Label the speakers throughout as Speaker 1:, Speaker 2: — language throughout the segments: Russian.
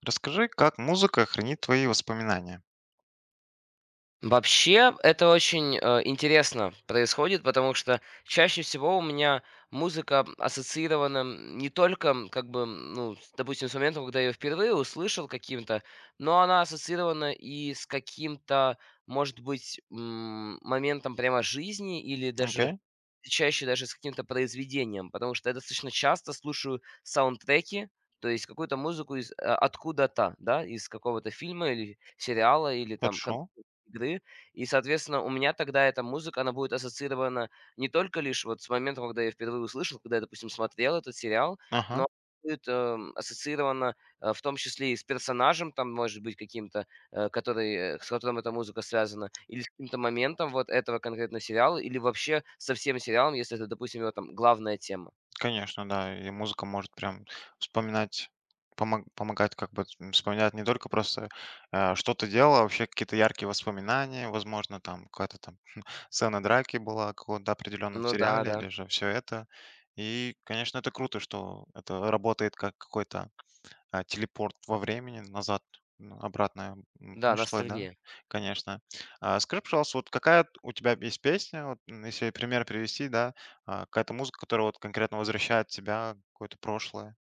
Speaker 1: Расскажи, как музыка хранит твои воспоминания.
Speaker 2: Вообще, это очень, интересно происходит, потому что чаще всего у меня музыка ассоциирована, не только, как бы, ну, с допустим, с момента, когда я её впервые услышал каким-то, но она ассоциирована и с каким-то, может быть, моментом прямо жизни или даже
Speaker 1: Окей,
Speaker 2: и чаще даже с каким-то произведением, потому что я достаточно часто слушаю саундтреки, то есть какую-то музыку из, откуда-то, да, из какого-то фильма или сериала, или там
Speaker 1: хорошо.
Speaker 2: компьютерной игры. И, соответственно, у меня тогда эта музыка, она будет ассоциирована не только лишь вот с моментом, когда я впервые услышал, когда я, допустим, смотрел этот сериал,
Speaker 1: Ага,
Speaker 2: но будет, ассоциирована, в том числе и с персонажем, там, может быть, каким-то, который, с которым эта музыка связана, или с каким-то моментом вот этого конкретно сериала, или вообще со всем сериалом, если это, допустим, его там главная тема.
Speaker 1: конечно, да. И музыка может прям вспоминать, помогать как бы вспоминать не только просто что ты делал, а вообще какие-то яркие воспоминания, возможно, там какая-то там сцена драки была в каком-то определенном
Speaker 2: Ну да,
Speaker 1: сериале
Speaker 2: да.
Speaker 1: или же все это. И, конечно, это круто, что это работает как какой-то телепорт во времени назад, обратно,
Speaker 2: Да,
Speaker 1: прошлое, да,
Speaker 2: ностальгия.
Speaker 1: конечно. Скажи, пожалуйста, вот какая т у тебя есть песня, вот, если пример привести, да, какая-то музыка, которая вот конкретно возвращает тебя в какое-то прошлое?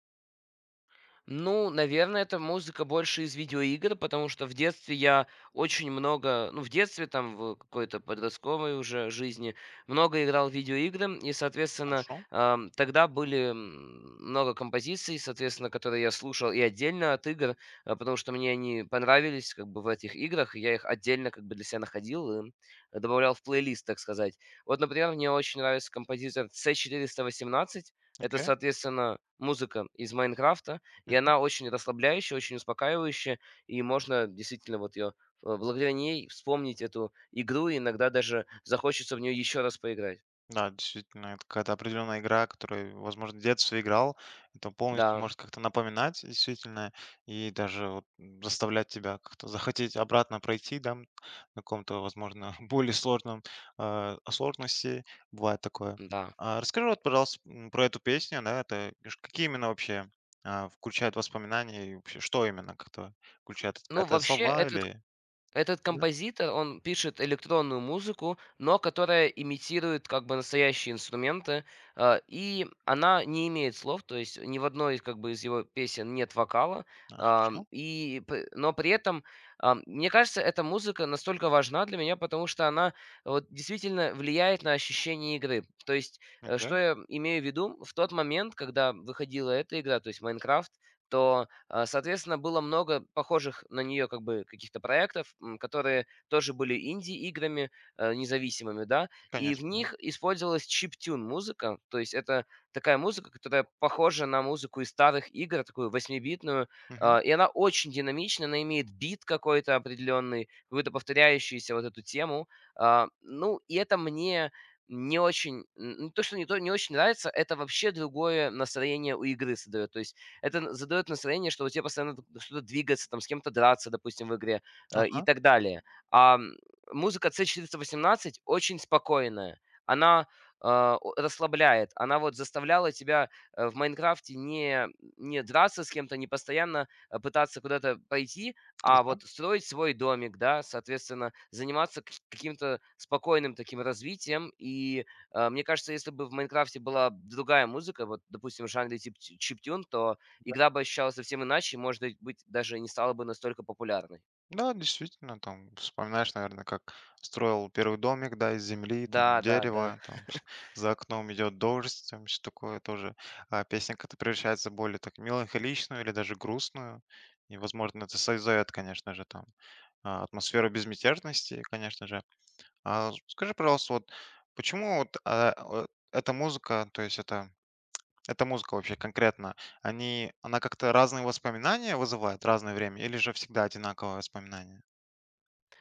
Speaker 2: Ну, наверное, это музыка больше из видеоигр, потому что в детстве я очень много, ну, в детстве, там, в какой-то подростковой уже жизни, много играл в видеоигры, и, соответственно,
Speaker 1: Хорошо,
Speaker 2: тогда были много композиций, соответственно, которые я слушал и отдельно от игр, потому что мне они понравились, как бы, в этих играх, и я их отдельно, как бы, для себя находил и добавлял в плейлист, так сказать. Вот, например, мне очень нравится композитор c восемнадцать, это,
Speaker 1: окей.
Speaker 2: соответственно, музыка из Майнкрафта, и она очень расслабляющая, очень успокаивающая, и можно действительно вот ее благодаря ней вспомнить эту игру, и иногда даже захочется в нее еще раз поиграть.
Speaker 1: Да, действительно, это какая-то определенная игра, которую, возможно, в детстве играл. Это полностью
Speaker 2: Да,
Speaker 1: может как-то напоминать, действительно, и даже вот заставлять тебя как-то захотеть обратно пройти, да, на каком-то, возможно, более сложном сложности. Бывает такое.
Speaker 2: да.
Speaker 1: А расскажи, вот, пожалуйста, про эту песню, да, это ж какие именно вообще включают воспоминания и вообще что именно как-то включает?
Speaker 2: Ну,
Speaker 1: Это
Speaker 2: вообще,
Speaker 1: слова
Speaker 2: это
Speaker 1: или...
Speaker 2: этот
Speaker 1: Да?
Speaker 2: композитор, он пишет электронную музыку, но которая имитирует как бы настоящие инструменты, и она не имеет слов, то есть ни в одной из как бы из его песен нет вокала,
Speaker 1: А, хорошо,
Speaker 2: но при этом мне кажется, эта музыка настолько важна для меня, потому что она вот действительно влияет на ощущение игры. То есть что
Speaker 1: окей,
Speaker 2: я имею в виду? В тот момент, когда выходила эта игра, то есть Майнкрафт, то соответственно, было много похожих на нее как бы каких-то проектов, которые тоже были инди-играми независимыми, да, и
Speaker 1: конечно,
Speaker 2: в
Speaker 1: да.
Speaker 2: них использовалась чиптюн музыка, то есть это такая музыка, которая похожа на музыку из старых игр, такую восьмибитную,
Speaker 1: Мгм.
Speaker 2: и она очень динамична, она имеет бит какой-то определенный, какую-то повторяющуюся вот эту тему. Ну, и это мне не очень, не то, что не, то, не очень нравится, это вообще другое настроение у игры создает. То есть это задает настроение, что у тебя постоянно что-то двигаться, там, с кем-то драться, допустим, в игре, и
Speaker 1: Ага,
Speaker 2: так далее. А м, музыка c восемнадцать очень спокойная. Она расслабляет. Она вот заставляла тебя в Майнкрафте не драться с кем-то, не постоянно пытаться куда-то пойти, а
Speaker 1: хорошо.
Speaker 2: вот строить свой домик, да, соответственно, заниматься каким-то спокойным таким развитием. И мне кажется, если бы в Майнкрафте была другая музыка, вот, допустим, в жанре тип чиптюн, то игра бы ощущалась совсем иначе, и, может быть, даже не стала бы настолько популярной.
Speaker 1: Да, действительно, там вспоминаешь, наверное, как строил первый домик, да, из земли, там
Speaker 2: Да, да, да.
Speaker 1: дерево, там за окном идет дождь, там все такое тоже. А песня как-то превращается в более так меланхоличную или даже грустную. И, возможно, это создает, конечно же, там атмосферу безмятежности, конечно же. А скажи, пожалуйста, вот почему вот э, эта музыка, то есть эта музыка вообще конкретно, она как-то разные воспоминания вызывает разное время, или же всегда одинаковые воспоминания?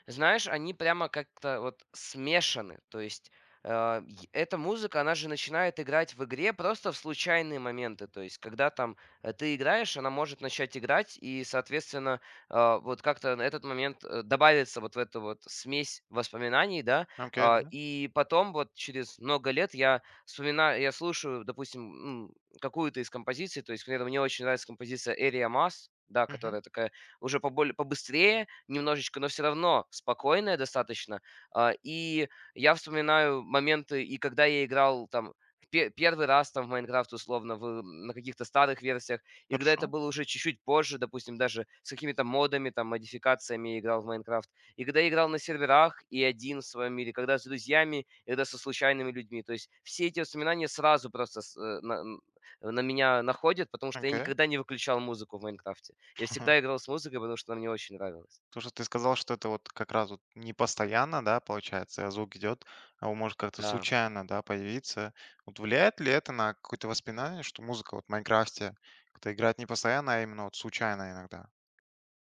Speaker 2: Знаешь, они прямо как-то вот смешаны. То есть эта музыка, она же начинает играть в игре просто в случайные моменты. То есть когда там ты играешь, она может начать играть, и, соответственно, вот как-то на этот момент добавится вот в эту вот смесь воспоминаний, да.
Speaker 1: Окей, да.
Speaker 2: И потом вот через много лет я вспоминаю, я слушаю, допустим, какую-то из композиций. То есть, к примеру, мне очень нравится композиция «Area Mass», да,
Speaker 1: Мгм.
Speaker 2: которая такая уже поболь побыстрее немножечко, но все равно спокойная достаточно. И я вспоминаю моменты, и когда я играл там пе первый раз там в "Майнкрафт", условно, на каких-то старых версиях, и когда
Speaker 1: Хорошо.
Speaker 2: это было уже чуть-чуть позже, допустим, даже с какими-то модами, там, модификациями я играл в "Майнкрафт", и когда я играл на серверах и один в своем мире, когда с друзьями, и когда со случайными людьми. То есть все эти воспоминания сразу просто с э, на меня находят, потому что я
Speaker 1: Окей.
Speaker 2: никогда не выключал музыку в "Майнкрафте". Я всегда играл с музыкой, потому что она мне очень нравилась.
Speaker 1: То, что ты сказал, что это вот как раз вот не постоянно, да, получается, звук идет, а он может как-то
Speaker 2: Да.
Speaker 1: случайно, да, появиться. Вот влияет ли это на какое-то воспоминание, что музыка вот в Майнкрафте как-то играет не постоянно, а именно вот случайно иногда?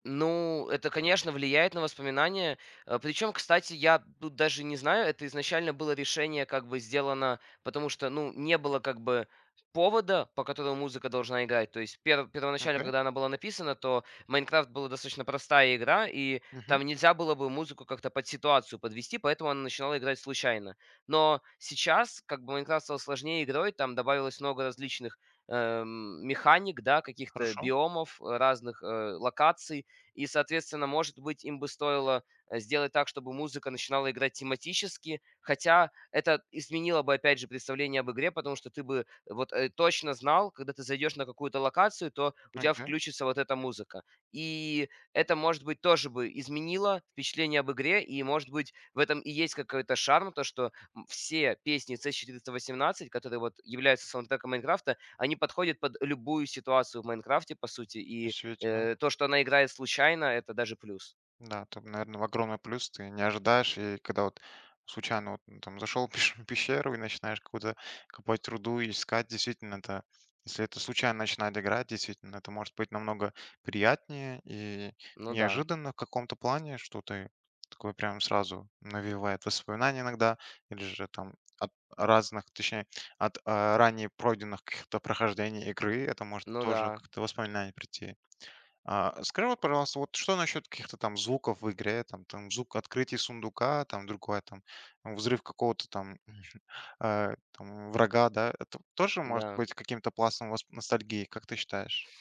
Speaker 2: Ну, это, конечно, влияет на воспоминания. Причем, кстати, я тут даже не знаю, это изначально было решение как бы сделано, потому что, ну, не было как бы повода, по которому музыка должна играть. То есть первоначально,
Speaker 1: Окей.
Speaker 2: когда она была написана, то Майнкрафт была достаточно простая игра, и
Speaker 1: Мгм.
Speaker 2: там нельзя было бы музыку как-то под ситуацию подвести, поэтому она начинала играть случайно. Но сейчас, как бы Майнкрафт стал сложнее игрой, там добавилось много различных механик, да, каких-то
Speaker 1: Хорошо.
Speaker 2: биомов, разных локаций, и, соответственно, может быть, им бы стоило, сделать так, чтобы музыка начинала играть тематически, хотя это изменило бы, опять же, представление об игре, потому что ты бы вот, точно знал, когда ты зайдешь на какую-то локацию, то у тебя
Speaker 1: Окей.
Speaker 2: включится вот эта музыка. И это, может быть, тоже бы изменило впечатление об игре, и, может быть, в этом и есть какой-то шарм, то, что, все песни C418, которые вот являются саундтреком "Майнкрафта", они подходят под любую ситуацию в "Майнкрафте", по сути, и
Speaker 1: Действительно.
Speaker 2: То, что она играет случайно, это даже плюс.
Speaker 1: Да, там, наверное, огромный плюс, ты не ожидаешь, и когда вот случайно вот, ну, там зашел в пещеру и начинаешь какую-то копать руду и искать, действительно, это, если это случайно начинает играть, действительно, это может быть намного приятнее и
Speaker 2: Ну да,
Speaker 1: неожиданно в каком-то плане, что ты такой прям сразу навевает воспоминания иногда, или же там от разных, точнее, от ранее пройденных каких-то прохождений игры, это может
Speaker 2: ну
Speaker 1: тоже
Speaker 2: да,
Speaker 1: как-то воспоминания прийти. Скажи, вот, пожалуйста, вот что насчет каких-то там звуков в игре, там, там звук открытия сундука, там другое, там взрыв какого-то там, там врага, да, это тоже может
Speaker 2: да.
Speaker 1: быть каким-то пластом ностальгии, как ты считаешь?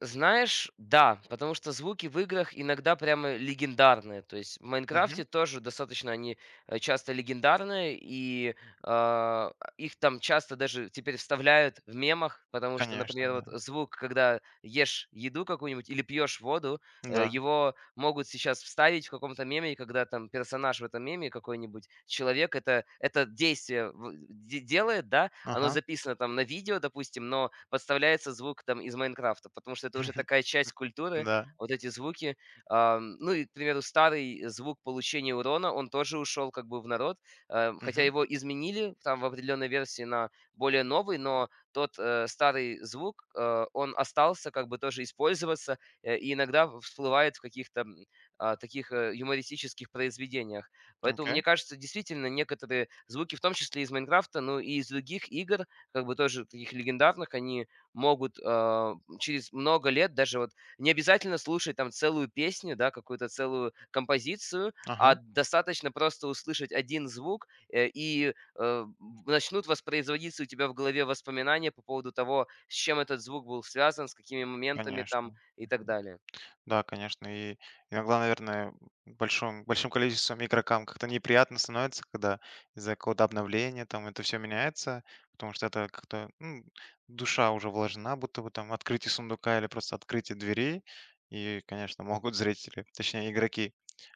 Speaker 2: Знаешь, да, потому что звуки в играх иногда прямо легендарные. То есть в
Speaker 1: Мгм.
Speaker 2: Майнкрафте тоже достаточно они часто легендарные, и их там часто даже теперь вставляют в мемах, потому что,
Speaker 1: Конечно,
Speaker 2: например,
Speaker 1: да.
Speaker 2: вот звук, когда ешь еду какую-нибудь или пьешь воду,
Speaker 1: Да.
Speaker 2: его могут сейчас вставить в каком-то меме, и когда там персонаж в этом меме какой-нибудь человек это действие делает, да, оно
Speaker 1: Ага.
Speaker 2: записано там на видео, допустим, но подставляется звук там из "Майнкрафта", потому что это уже такая часть культуры,
Speaker 1: Да.
Speaker 2: вот эти звуки. Ну и, к примеру, старый звук получения урона, он тоже ушел как бы в народ, хотя
Speaker 1: Мгм.
Speaker 2: его изменили там в определенной версии на более новый, но тот, старый звук, он остался как бы тоже использоваться, и иногда всплывает в каких-то, таких, юмористических произведениях. Поэтому,
Speaker 1: Окей.
Speaker 2: мне кажется, действительно, некоторые звуки, в том числе из "Майнкрафта", но и из других игр, как бы тоже таких легендарных, они могут, через много лет даже вот не обязательно слушать там целую песню, да, какую-то целую композицию,
Speaker 1: Ага.
Speaker 2: а достаточно просто услышать один звук, начнут воспроизводиться у тебя в голове воспоминания по поводу того, с чем этот звук был связан, с какими моментами там
Speaker 1: Конечно.
Speaker 2: и так далее.
Speaker 1: Да, конечно. И иногда, наверное, большим количеством игрокам как-то неприятно становится, когда из-за какого-то обновления там это все меняется, потому что это как-то, ну, душа уже вложена, будто бы там открытие сундука или просто открытие двери. И, конечно, могут зрители, точнее, игроки,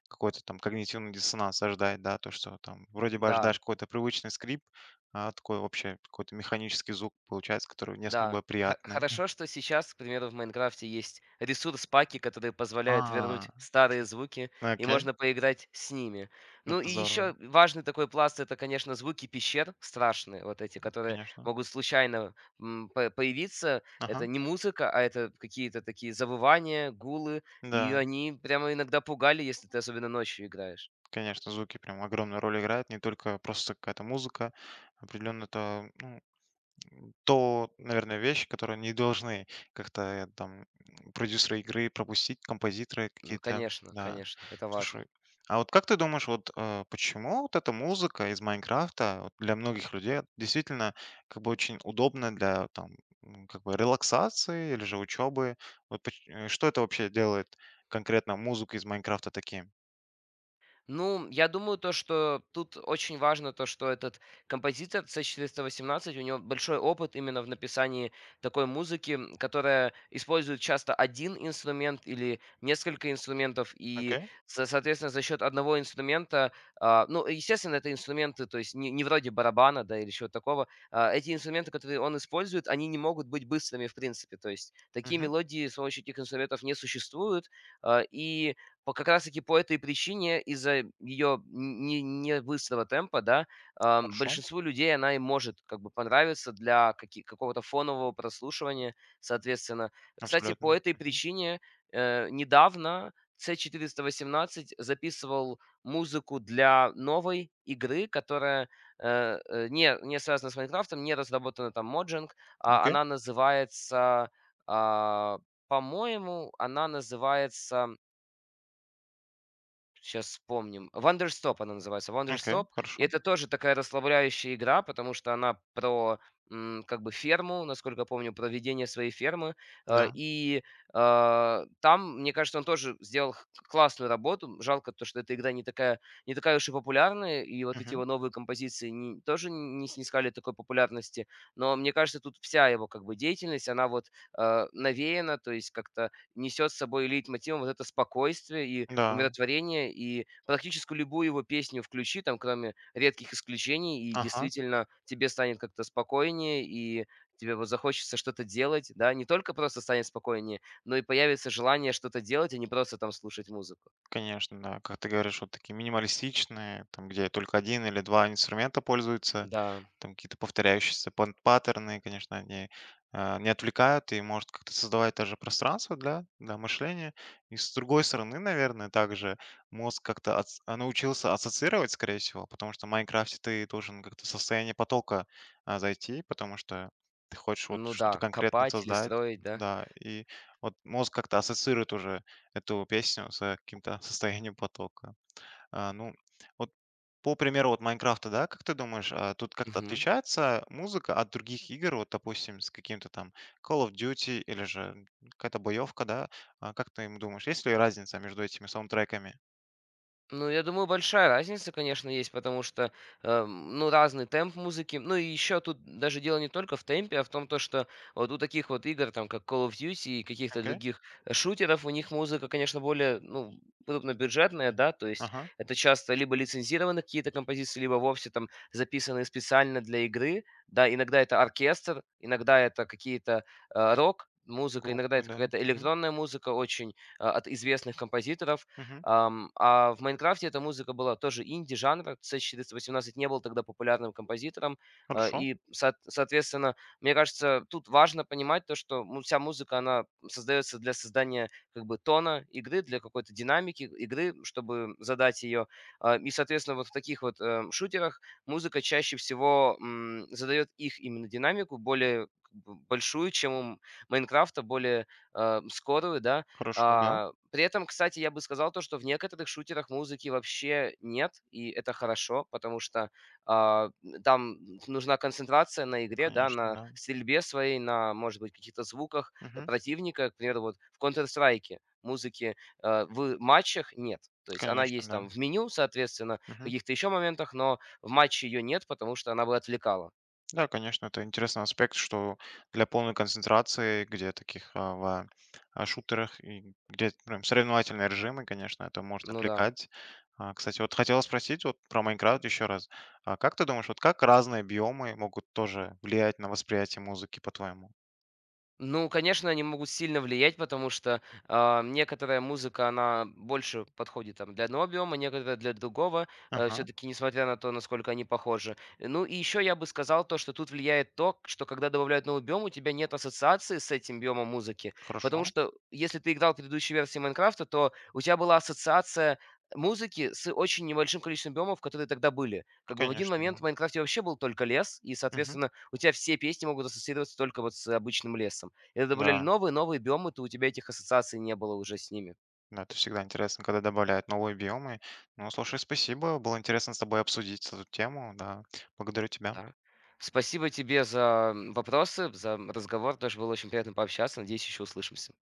Speaker 1: какой-то там когнитивный диссонанс ожидать, да, то, что там вроде бы
Speaker 2: Да.
Speaker 1: ожидаешь какой-то привычный скрип, а такой вообще какой-то механический звук получается, который не особо
Speaker 2: Да, хо
Speaker 1: приятный.
Speaker 2: хорошо, что сейчас, к примеру, в "Майнкрафте" есть ресурс-паки, которые позволяют вернуть
Speaker 1: А,
Speaker 2: старые звуки, и
Speaker 1: окей,
Speaker 2: можно поиграть с ними. Ну
Speaker 1: это
Speaker 2: и
Speaker 1: здорово,
Speaker 2: еще важный такой пласт — это, конечно, звуки пещер страшные, вот эти, которые
Speaker 1: конечно.
Speaker 2: могут случайно, м, по появиться. Это
Speaker 1: Ага,
Speaker 2: не музыка, а это какие-то такие завывания, гулы, и
Speaker 1: да,
Speaker 2: они прямо иногда пугали, если ты особенно ночью играешь.
Speaker 1: конечно, звуки прям огромную роль играют, не только просто какая-то музыка, определенно это, ну, то, наверное, вещи, которые не должны как-то там продюсеры игры пропустить, композиторы
Speaker 2: Ну
Speaker 1: какие-то,
Speaker 2: конечно,
Speaker 1: да.
Speaker 2: конечно, это важно.
Speaker 1: Слушай, а вот как ты думаешь, вот почему вот эта музыка из Майнкрафта вот для многих людей действительно как бы очень удобна для там как бы релаксации или же учебы? Вот что это вообще делает конкретно музыку из Майнкрафта таким?
Speaker 2: Ну, я думаю, то, что тут очень важно то, что этот композитор c четыреста восемнадцать у него большой опыт именно в написании такой музыки, которая использует часто один инструмент или несколько инструментов, и, соответственно, за счет одного инструмента, ну, естественно, это инструменты, то есть не вроде барабана, да, или чего-то такого, эти инструменты, которые он использует, они не могут быть быстрыми, в принципе, то есть такие
Speaker 1: Мгм.
Speaker 2: мелодии с помощью этих инструментов не существуют, а, и по как раз-таки по этой причине, из-за ее не быстрого темпа, да,
Speaker 1: Хорошо,
Speaker 2: большинству людей она и может как бы понравиться для каки какого-то фонового прослушивания, соответственно. Кстати,
Speaker 1: абсолютно.
Speaker 2: по этой
Speaker 1: Мгм.
Speaker 2: причине, недавно c восемнадцать записывал музыку для новой игры, которая, не связана с "Майнкрафтом", не разработана там Mojang.
Speaker 1: Окей,
Speaker 2: Она называется, а, по-моему, она называется сейчас вспомним. "Вандерстоп" она называется.
Speaker 1: окей,
Speaker 2: "Вандерстоп". И
Speaker 1: хорошо.
Speaker 2: это тоже такая расслабляющая игра, потому что она про, как бы ферму, насколько помню, про ведение своей фермы. Э,
Speaker 1: Да.
Speaker 2: и, там, мне кажется, он тоже сделал х классную работу. Жалко то, что эта игра не такая не такая уж и популярная, и вот эти
Speaker 1: Мгм.
Speaker 2: его новые композиции не тоже не снискали такой популярности. Но мне кажется, тут вся его как бы деятельность, она вот, навеяна, то есть как-то несет с собой лейтмотивом вот это спокойствие и
Speaker 1: Да.
Speaker 2: умиротворение, и практически любую его песню включи, там, кроме редких исключений, и
Speaker 1: Ага.
Speaker 2: действительно тебе станет как-то спокойнее, и тебе вот захочется что-то делать, да, не только просто станет спокойнее, но и появится желание что-то делать, а не просто там слушать музыку.
Speaker 1: Конечно, да. Как ты говоришь, вот такие минималистичные, там, где только один или 2 инструмента пользуются,
Speaker 2: Да,
Speaker 1: там какие-то повторяющиеся паттерны, конечно, они, не отвлекают и может как-то создавать даже пространство для мышления. И с другой стороны, наверное, также мозг как-то научился ассоциировать, скорее всего, потому что в "Майнкрафте" ты должен как-то в состояние потока, зайти, потому что ты хочешь вот
Speaker 2: ну
Speaker 1: что-то
Speaker 2: да,
Speaker 1: конкретное
Speaker 2: копать или
Speaker 1: создать.
Speaker 2: строить, да.
Speaker 1: Да, и вот мозг как-то ассоциирует уже эту песню с каким-то состоянием потока. А, ну, вот по примеру вот "Майнкрафта", да, как ты думаешь, тут как-то
Speaker 2: Мгм.
Speaker 1: отличается музыка от других игр? Вот, допустим, с каким-то там Call of Duty или же какая-то боевка, да? А, как ты, думаешь, есть ли разница между этими саундтреками?
Speaker 2: Ну, я думаю, большая разница, конечно, есть, потому что, ну, разный темп музыки. Ну, и еще тут даже дело не только в темпе, а в том, то, что вот у таких вот игр, там, как Call of Duty и каких-то
Speaker 1: Окей.
Speaker 2: других шутеров, у них музыка, конечно, более, ну, крупнобюджетная, да, то есть
Speaker 1: Ага.
Speaker 2: это часто либо лицензированные какие-то композиции, либо вовсе там записанные специально для игры, да, иногда это оркестр, иногда это какие-то рок, музыка, иногда
Speaker 1: Группы,
Speaker 2: это
Speaker 1: да.
Speaker 2: какая-то
Speaker 1: Мгм.
Speaker 2: электронная музыка очень от известных композиторов.
Speaker 1: Мгм.
Speaker 2: А в "Майнкрафте" эта музыка была тоже инди-жанра. C418 не был тогда популярным композитором.
Speaker 1: Хорошо.
Speaker 2: Соответственно, мне кажется, тут важно понимать то, что, ну, вся музыка, она создается для создания как бы тона игры, для какой-то динамики игры, чтобы задать ее. И, соответственно, вот в таких вот, шутерах музыка чаще всего, задаёт их именно динамику более как бы большую, чем у "Майнкрафта", более, скорую, да.
Speaker 1: Хорошо, да.
Speaker 2: При этом, кстати, я бы сказал то, что в некоторых шутерах музыки вообще нет, и это хорошо, потому что а, там нужна концентрация на игре, да,
Speaker 1: Конечно,
Speaker 2: на
Speaker 1: да.
Speaker 2: стрельбе своей, на, может быть, каких-то звуках
Speaker 1: Мгм.
Speaker 2: противника. К примеру, вот в Counter-Strike музыки в матчах нет. То есть она
Speaker 1: Конечно,
Speaker 2: есть
Speaker 1: да.
Speaker 2: там в меню, соответственно, в
Speaker 1: Мгм.
Speaker 2: каких-то еще моментах, но в матче ее нет, потому что она бы отвлекала.
Speaker 1: Да, конечно, это интересный аспект, что для полной концентрации, где таких в шутерах и где прям соревновательные режимы, конечно, это может
Speaker 2: Ну да.
Speaker 1: отвлекать. А, кстати, вот хотел спросить вот про Майнкрафт еще раз. А, как ты думаешь, вот как разные биомы могут тоже влиять на восприятие музыки, по-твоему?
Speaker 2: Ну, конечно, они могут сильно влиять, потому что некоторая музыка, она больше подходит там, для одного биома, некоторая для другого,
Speaker 1: Ага,
Speaker 2: все-таки несмотря на то, насколько они похожи. Ну и еще я бы сказал то, что тут влияет то, что когда добавляют новый биом, у тебя нет ассоциации с этим биомом музыки, потому
Speaker 1: хорошо.
Speaker 2: что если ты играл предыдущие версии Майнкрафта, то у тебя была ассоциация музыки с очень небольшим количеством биомов, которые тогда были.
Speaker 1: Ну,
Speaker 2: Как бы в один
Speaker 1: конечно,
Speaker 2: момент в
Speaker 1: да.
Speaker 2: Майнкрафте вообще был только лес, и,
Speaker 1: Мгм.
Speaker 2: соответственно, у тебя все песни могут ассоциироваться только вот с обычным лесом. И это добавляли
Speaker 1: Да,
Speaker 2: новые, новые биомы, то у тебя этих ассоциаций не было уже с ними.
Speaker 1: да, это всегда интересно, когда добавляют новые биомы. Ну, слушай, спасибо, было интересно с тобой обсудить эту тему, да. Благодарю тебя.
Speaker 2: Да. Спасибо тебе за, вопросы, за разговор. Тоже было очень приятно пообщаться. Надеюсь, еще услышимся.